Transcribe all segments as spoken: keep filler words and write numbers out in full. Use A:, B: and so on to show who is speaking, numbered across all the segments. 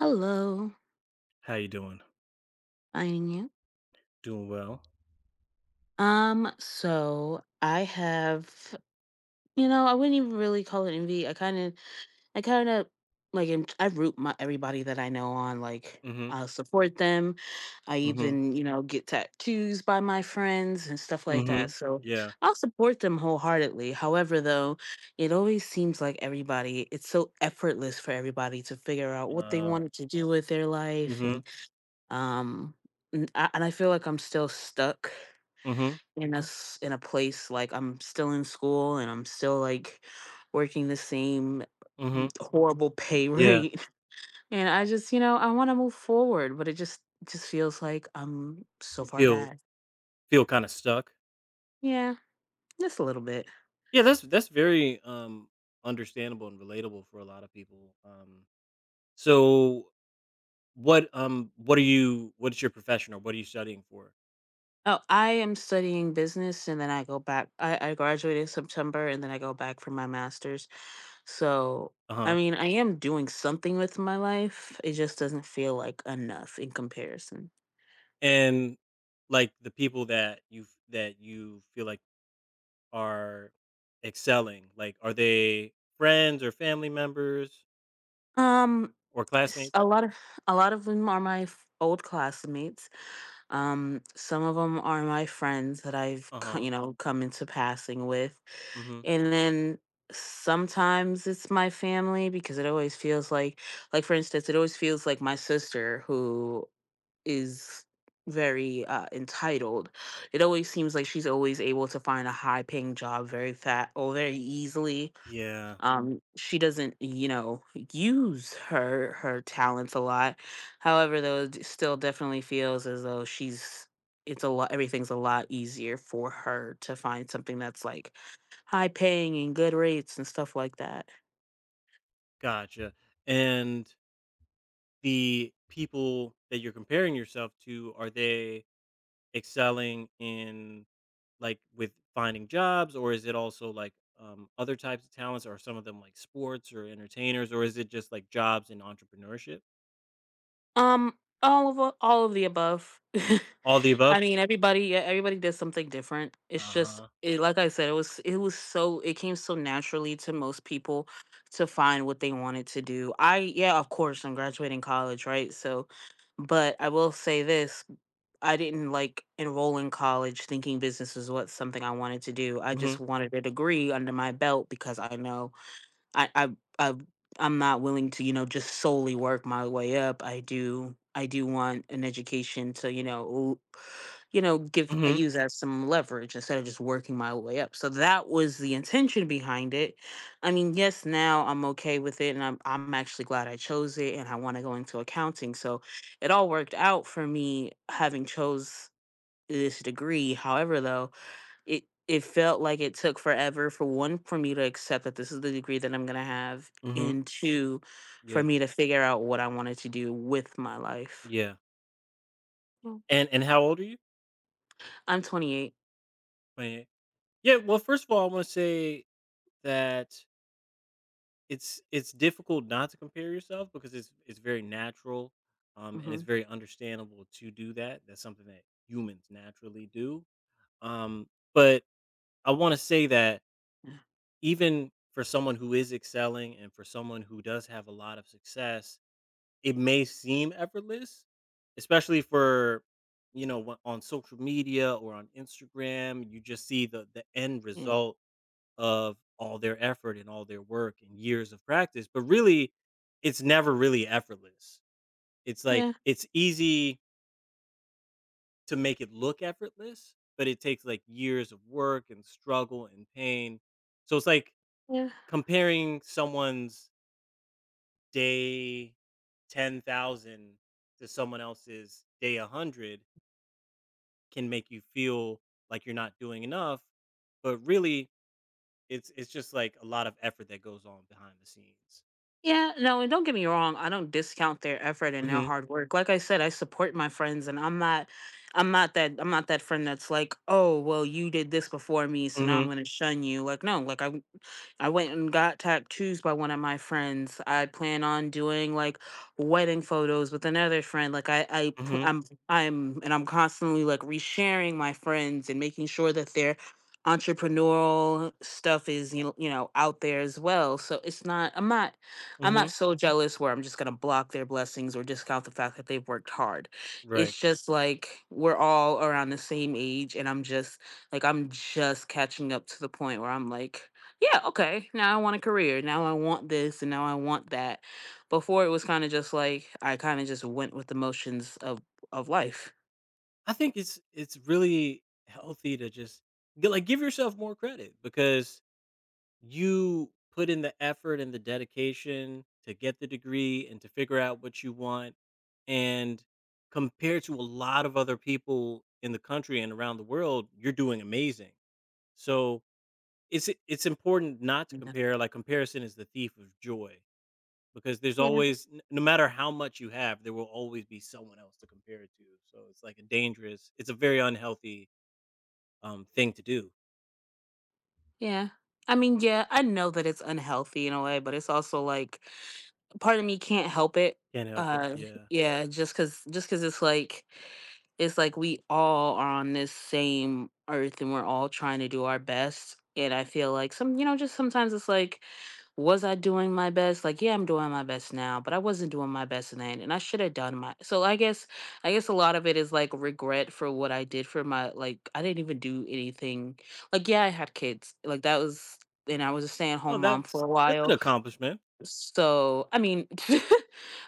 A: Hello,
B: How you doing?
A: finding you.
B: Doing well.
A: Um, so I have, you know, I wouldn't even really call it envy. I kind of, I kind of like, am- I root my everybody that I know on, like,
B: Mhm,
A: I support them. I
B: mhm,
A: even, you know, get tattoos by my friends and stuff like that.
B: mhm.
A: So
B: Yeah,
A: I'll support them wholeheartedly. However, though, it always seems like everybody, it's so effortless for everybody to figure out what they
B: uh,
A: wanted to do with their life
B: mhm,
A: and, um, n- I- and I feel like I'm still stuck
B: mhm,
A: in a s- in a place like I'm still in school and I'm still like working the same
B: mhm.
A: horrible pay
B: Yeah,
A: rate, and I just you know I want to move forward, but it just just feels like I'm so
B: you
A: far
B: feel
A: back.
B: feel kinda stuck.
A: Yeah, just a little bit.
B: Yeah, that's that's very, um, understandable and relatable for a lot of people, um, so what, um, what are you what is your profession or what are you studying for?
A: Oh, I am studying business and then I go back. I, I graduated September and then I go back for my master's. So, I
B: Uh-huh.
A: mean, I am doing something with my life. It just doesn't feel like enough in comparison.
B: And, like, the people that you've that you feel like are excelling, like, are they friends or family members
A: Um,
B: or
A: s-
B: classmates?
A: a lot of a lot of them are my f- old classmates. Um, some of them are my friends that I've co-
B: Uh-huh.
A: you know come into passing with,
B: Mhm.
A: and then sometimes it's my family because it always feels like, like for instance, it always feels like my sister who is very uh, entitled. It always seems like she's always able to find a high paying job very fat or very easily.
B: Yeah,
A: Um she doesn't you know use her her talents a lot. However, though, it still definitely feels as though she's, it's a lot, everything's a lot easier for her to find something that's like high paying and good rates and stuff like that.
B: gotcha. And the people that you're comparing yourself to, are they excelling in, like, with finding jobs, or is it also like, um, other types of talents? Are some of them like sports or entertainers, or is it just like jobs and entrepreneurship?
A: Um, all of a- all of the above.
B: All the above?
A: I mean, everybody, yeah, everybody did something different. It's just,
B: Uh-huh.
A: it, like I said, it was, it was so, it came so naturally to most people to find what they wanted to do. I, yeah, of course, I'm graduating college, right? So, but I will say this: I didn't like enroll in college thinking business was what something I wanted to do. I
B: Mm-hmm.
A: just wanted a degree under my belt because I know I I I I'm not willing to, you know, just solely work my way up. I do I do want an education to, you know, l- you know, give I
B: Mm-hmm.
A: use as some leverage instead of just working my way up. So that was the intention behind it. I mean, yes, now I'm okay with it, and I'm I'm actually glad I chose it, and I want to go into accounting. So it all worked out for me having chose this degree. However, though, it it felt like it took forever for one, for me to accept that this is the degree that I'm gonna have,
B: Mm-hmm.
A: and two, for
B: Yeah.
A: me to figure out what I wanted to do with my life.
B: Yeah.
A: Mm.
B: And and how old are you?
A: I'm twenty-eight.
B: twenty-eight. Yeah. Well, first of all, I want to say that It's it's difficult not to compare yourself because it's it's very natural, um, and it's
A: Mhm.
B: very understandable to do that. That's something that humans naturally do. Um, but I want to say that
A: Yeah.
B: even for someone who is excelling and for someone who does have a lot of success, it may seem effortless, especially for, you know, wh- on social media or on Instagram. You just see the the end
A: Yeah.
B: result of all their effort and all their work and years of practice, but really, it's never really effortless. It's like
A: Yeah.
B: it's easy to make it look effortless, but it takes like years of work and struggle and pain. So it's like
A: Yeah.
B: comparing someone's day ten thousand to someone else's day one hundred can make you feel like you're not doing enough, but really it's it's just like a lot of effort that goes on behind the scenes.
A: Yeah, no, and don't get me wrong, I don't discount their effort and their
B: Mhm.
A: hard work. Like I said, I support my friends, and I'm not I'm not that I'm not that friend that's like, "Oh, well, you did this before me, so now I'm
B: Mhm.
A: going to shun you." Like, no, like I I went and got tattoos by one of my friends. I plan on doing like wedding photos with another friend. Like I I pl-
B: Mhm,
A: I'm I'm and I'm constantly like resharing my friends and making sure that their entrepreneurial stuff is you know, you know out there as well, so it's not I'm not I'm not
B: mhm,
A: so jealous where I'm just going to block their blessings or discount the fact that they've worked hard.
B: right.
A: It's just like we're all around the same age, and I'm just like, I'm just catching up to the point where I'm like, yeah, okay, now I want a career. Now I want this, and now I want that. Before it was kind of just like, I kind of just went with the motions of, of life.
B: I think it's it's really healthy to just g like, give yourself more credit because you put in the effort and the dedication to get the degree and to figure out what you want, and compared to a lot of other people in the country and around the world, you're doing amazing. So, it's it's important not to
A: You know?
B: compare, like, comparison is the thief of joy. Because there's
A: Yeah.
B: always n no matter how much you have, there will always be someone else to compare it to, so it's, like, a dangerous, it's a very unhealthy, um, thing to do.
A: Yeah. I mean, yeah, I know that it's unhealthy in a way, but it's also like, part of me can't help it.
B: Can't help it,
A: Uh,
B: yeah.
A: yeah, just cause, just cause it's like, it's like we all are on this same earth and we're all trying to do our best. And I feel like some, you know, just sometimes it's like, was I doing my best? Like, yeah, I'm doing my best now, but I wasn't doing my best then, and I should have done my. So I guess, I guess a lot of it is like regret for what I did for my. Like, I didn't even do anything. Like, yeah, I had kids. Like that was, and I was a stay at home
B: Oh,
A: mom for
B: that's
A: a
B: that's an
A: while.
B: accomplishment.
A: So, I mean,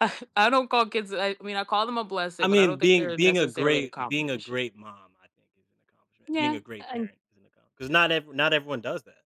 A: I, I don't call kids. I, I mean, I call them a blessing,
B: I
A: but I don't
B: mean,
A: think
B: being
A: they're
B: being a
A: necessarily the
B: great being a
A: combination.
B: great mom, I think, is an accomplishment. Being
A: Yeah,
B: a great
A: I,
B: parent is an accomplishment because not ev not everyone does that.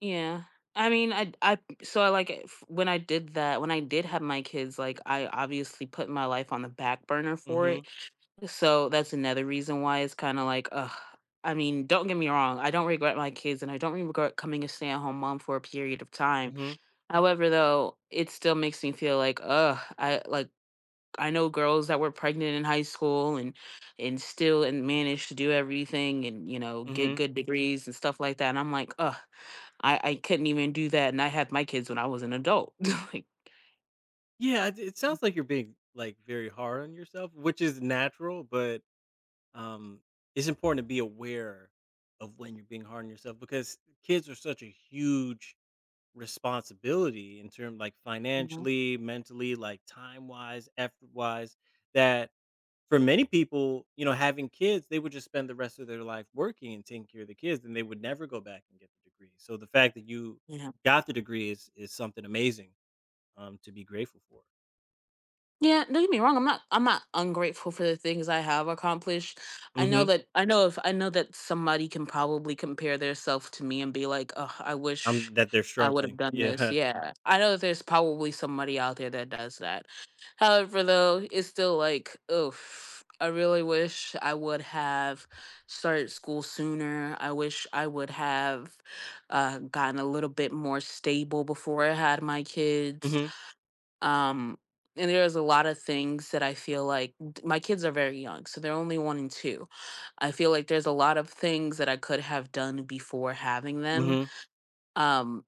A: yeah. I mean, I, I, so I like it when I did that. When I did have my kids, like I obviously put my life on the back burner for it.
B: Mhm,
A: So that's another reason why it's kind of like, ugh. I mean, don't get me wrong. I don't regret my kids, and I don't regret coming a stay-at-home mom for a period of time.
B: mhm,
A: However, though, it still makes me feel like, ugh, I like I know girls that were pregnant in high school and and still and managed to do everything and you know get
B: mhm.
A: good degrees and stuff like that. And I'm like, ugh, I I couldn't even do that. And I had my kids when I was an adult. like,
B: Yeah, it it sounds like you're being, like, very hard on yourself, which is natural, but um, it's important to be aware of when you're being hard on yourself, because kids are such a huge responsibility in terms like
A: you know,
B: financially, mentally, like time wise, effort wise, that for many people, you know, having kids, they would just spend the rest of their life working and taking care of the kids, and they would never go back and get the degree. So the fact that you
A: yeah.
B: got the degree is is something amazing um to be grateful for.
A: Yeah, don't get me wrong. I'm not. I'm not ungrateful for the things I have accomplished. I know
B: Mhm.
A: that. I know if I know that somebody can probably compare their self to me and be like, "Oh, I wish
B: Um, that they're
A: I would have
B: struggling.
A: done this."
B: Yeah.
A: Yeah, I know that there's probably somebody out there that does that. However, though, it's still like, oof. I really wish I would have started school sooner. I wish I would have uh, gotten a little bit more stable before I had my kids.
B: Mhm.
A: um, and there's a lot of things that I feel like d- my kids are very young, so they're only one and two. I feel like there's a lot of things that I could have done before having them.
B: Mhm.
A: Um,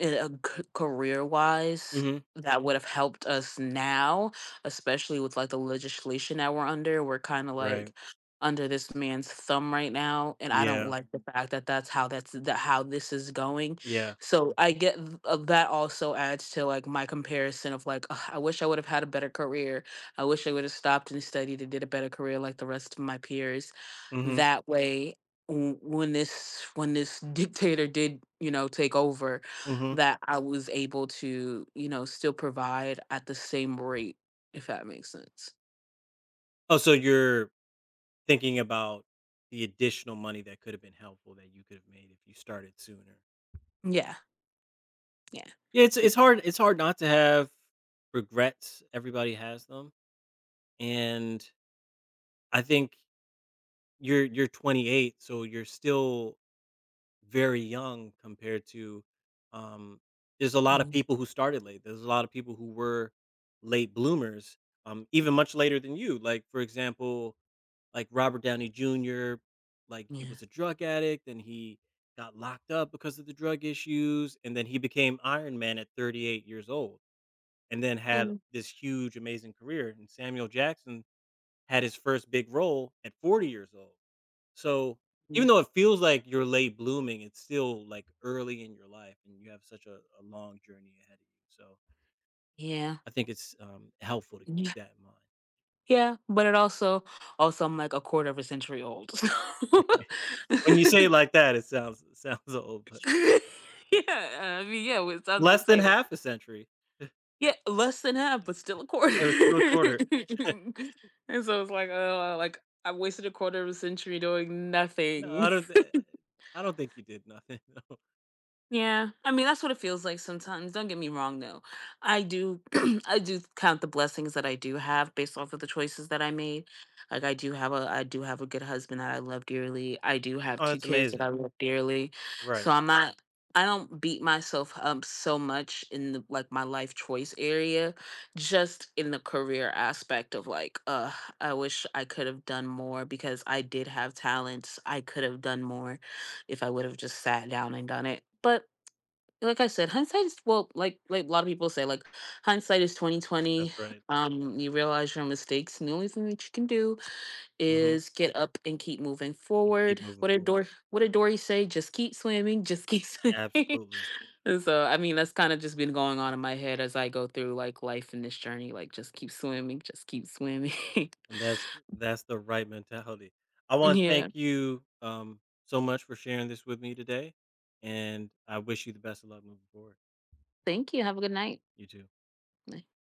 A: eh, c Career-wise
B: Mhm.
A: that would have helped us now, especially with, like, the legislation that we're under. We're kinda,
B: Right.
A: like, under this man's thumb right now, and I don't
B: Yeah.
A: like the fact that that's how that's that how this is going.
B: Yeah.
A: So, I get th uh, that also adds to, like, my comparison of, like, "Ugh, I wish I would have had a better career. I wish I would have stopped and studied and did a better career like the rest of my peers."
B: Mhm.
A: That way, w when this when this dictator did, you know, take over,
B: Mhm.
A: that I was able to, you know, still provide at the same rate, if that makes sense.
B: Oh, so you're thinking about the additional money that could have been helpful that you could have made if you started sooner.
A: Yeah, yeah,
B: Yeah, it's
A: yeah,
B: it's hard it's hard not to have regrets. Everybody has them. And I think you're you're twenty-eight, so you're still very young compared to, um there's a lot of
A: mhm,
B: people who started late. There's a lot of people who were late bloomers, um even much later than you. Like for example, like Robert Downey Junior, like, he
A: yeah,
B: was a drug addict, and he got locked up because of the drug issues, and then he became Iron Man at thirty-eight years old, and then had
A: and
B: this huge, amazing career, and Samuel Jackson had his first big role at forty years old. So,
A: mm,
B: even though it feels like you're late blooming, it's still, like, early in your life, and you have such a a long journey ahead of you, so
A: yeah,
B: I think it's, um, helpful to keep
A: yeah,
B: that in mind.
A: yeah. But it also, also, I'm like a quarter of a century old. So-
B: Right? When you say it like that, it sounds, it sounds old, but
A: yeah, I mean, yeah, well, it sounds the
B: less than
A: same. Like,
B: half a century.
A: yeah, less than half, but still a quarter.
B: It was still a quarter.
A: And so it's like, oh, like I wasted a quarter of a century doing
B: No,
A: nothing.
B: I don't thi I don't think you did nothing, no.
A: Yeah, I mean that's what it feels like sometimes. Don't get me wrong though. I do I do count the blessings that I do have based off of the choices that I made. Like I do have a I do have a good husband that I love dearly. I do have
B: Oh,
A: two
B: that's
A: kids that I
B: amazing.
A: love dearly.
B: Right,
A: So I'm not I don't beat myself up so much in the, like my life choice area, just in the career aspect of like, uh, I wish I could have done more because I did have talents. I could have done more if I would have just sat down and done it. But like I said, hindsight is well, like like a lot of people say, like hindsight is twenty twenty.
B: that's right.
A: Um, you realize your mistakes, and the only thing that you can do
B: Mhm,
A: is get up and keep moving
B: keep
A: forward.
B: moving
A: What did
B: forward.
A: Dor What did Dory say? Just keep swimming, just keep swimming.
B: Absolutely,
A: And so, I mean, that's kind of just been going on in my head as I go through like life in this journey. Like, just keep swimming, just keep swimming.
B: and that's that's the right mentality. I wanna
A: yeah.
B: thank you, um, so much for sharing this with me today, and I wish you the best of luck moving forward.
A: Thank you. Have a good night.
B: You too.